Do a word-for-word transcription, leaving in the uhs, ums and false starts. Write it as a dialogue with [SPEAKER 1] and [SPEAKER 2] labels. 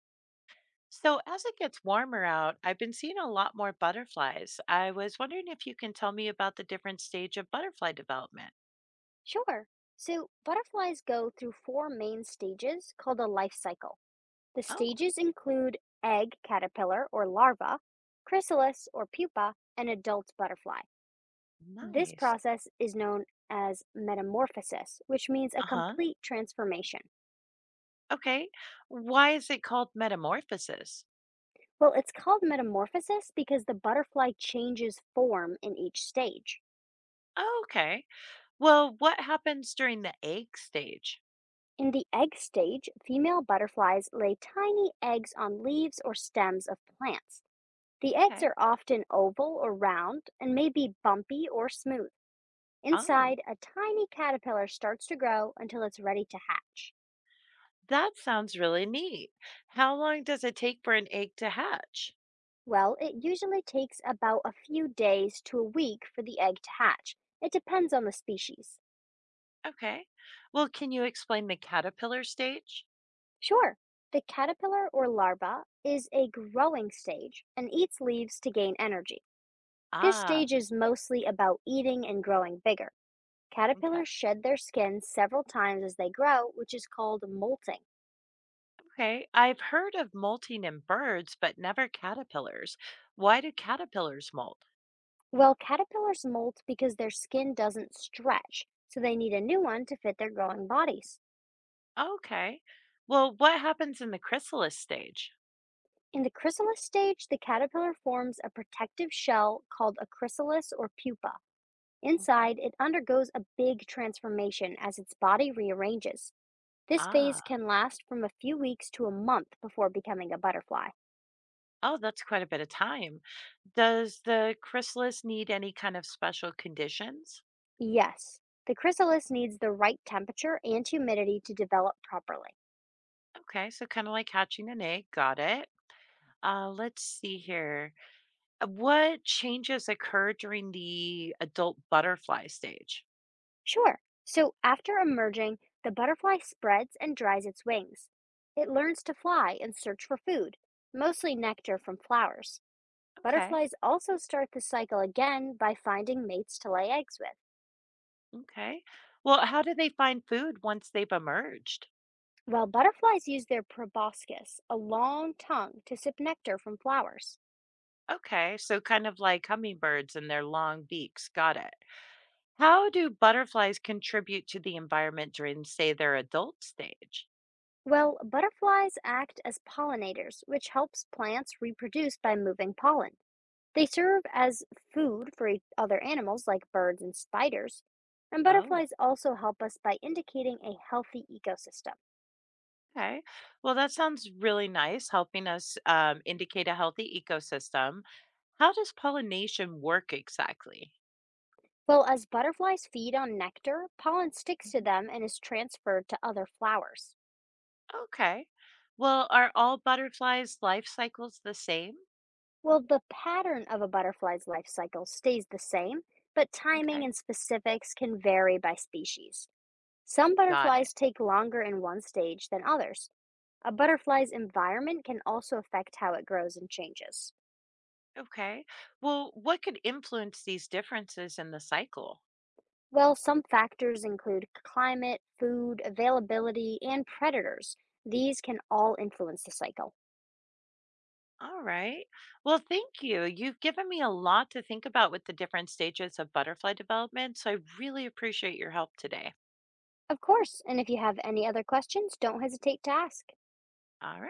[SPEAKER 1] So, as it gets warmer out, I've been seeing a lot more butterflies. I was wondering if you can tell me about the different stage of butterfly development.
[SPEAKER 2] Sure. So, butterflies go through four main stages called a life cycle. The
[SPEAKER 1] Oh,
[SPEAKER 2] stages include egg caterpillar or larva, chrysalis or pupa, and adult butterfly. This
[SPEAKER 1] nice.
[SPEAKER 2] process is known as metamorphosis, which means a
[SPEAKER 1] Uh huh.
[SPEAKER 2] complete transformation.
[SPEAKER 1] Okay. Why is it called metamorphosis?
[SPEAKER 2] Well, it's called metamorphosis because the butterfly changes form in each stage.
[SPEAKER 1] Oh, okay. Well, what happens during the egg stage?
[SPEAKER 2] In the egg stage, female butterflies lay tiny eggs on leaves or stems of plants. The eggs
[SPEAKER 1] Okay.
[SPEAKER 2] are often oval or round and may be bumpy or smooth.
[SPEAKER 1] Oh,
[SPEAKER 2] Inside, a tiny caterpillar starts to grow until it's ready to hatch.
[SPEAKER 1] that sounds really neat. How long does it take for an egg to hatch?
[SPEAKER 2] Well, it usually takes about a few days to a week for the egg to hatch. It depends on the species.
[SPEAKER 1] Okay. Well, can you explain the caterpillar stage?
[SPEAKER 2] Sure, the caterpillar or larva is a growing stage and eats leaves to gain energy. This
[SPEAKER 1] Ah,
[SPEAKER 2] stage is mostly about eating and growing bigger.
[SPEAKER 1] okay.
[SPEAKER 2] Caterpillars shed their skin several times as they grow, which is called molting.
[SPEAKER 1] Okay, I've heard of molting in birds, but never caterpillars. Why do caterpillars molt?
[SPEAKER 2] Well, caterpillars molt because their skin doesn't stretch, so they need a new one to fit their growing bodies.
[SPEAKER 1] Okay. Well, what happens in the chrysalis stage?
[SPEAKER 2] In the chrysalis stage, the caterpillar forms a protective shell called a chrysalis or pupa.
[SPEAKER 1] Okay.
[SPEAKER 2] Inside, it undergoes a big transformation as its body rearranges. This phase
[SPEAKER 1] Ah,
[SPEAKER 2] can last from a few weeks to a month before becoming a butterfly.
[SPEAKER 1] oh, that's quite a bit of time. Does the chrysalis need any kind of special conditions?
[SPEAKER 2] Yes, the chrysalis needs the right temperature and humidity to develop properly.
[SPEAKER 1] Okay, so kind of like hatching an egg. Got it. Uh, let's see here. Uh, What changes occur during the adult butterfly stage?
[SPEAKER 2] Sure. So after emerging, the butterfly spreads and dries its wings. It learns to fly and search for food, mostly nectar from flowers.
[SPEAKER 1] Okay.
[SPEAKER 2] Butterflies also start the cycle again by finding mates to lay eggs with.
[SPEAKER 1] Okay. Well, how do they find food once they've emerged?
[SPEAKER 2] While butterflies use their proboscis, a long tongue, to sip nectar from flowers.
[SPEAKER 1] Okay, so kind of like hummingbirds and their long beaks. Got it. How do butterflies contribute to the environment during, say, their adult stage?
[SPEAKER 2] Well, butterflies act as pollinators, which helps plants reproduce by moving pollen. They serve as food for e- other animals like birds and spiders. And
[SPEAKER 1] Oh,
[SPEAKER 2] butterflies also help us by indicating a healthy ecosystem.
[SPEAKER 1] okay. Well, that sounds really nice, helping us um, indicate a healthy ecosystem. How does pollination work exactly?
[SPEAKER 2] Well, as butterflies feed on nectar, pollen sticks to
[SPEAKER 1] Mhm.
[SPEAKER 2] them and is transferred to other flowers.
[SPEAKER 1] Okay. Well, are all butterflies' life cycles the same?
[SPEAKER 2] Well, the pattern of a butterfly's life cycle stays the same, but timing
[SPEAKER 1] Okay,
[SPEAKER 2] and specifics can vary by species. Some
[SPEAKER 1] got it.
[SPEAKER 2] butterflies take longer in one stage than others. A butterfly's environment can also affect how it grows and changes.
[SPEAKER 1] Okay. Well, what could influence these differences in the cycle?
[SPEAKER 2] Well, some factors include climate, food, availability, and predators. These can all influence the cycle.
[SPEAKER 1] All right. Well, thank you. You've given me a lot to think about with the different stages of butterfly development. So I really appreciate your help today.
[SPEAKER 2] Of course, and if you have any other questions, don't hesitate to ask.
[SPEAKER 1] All right.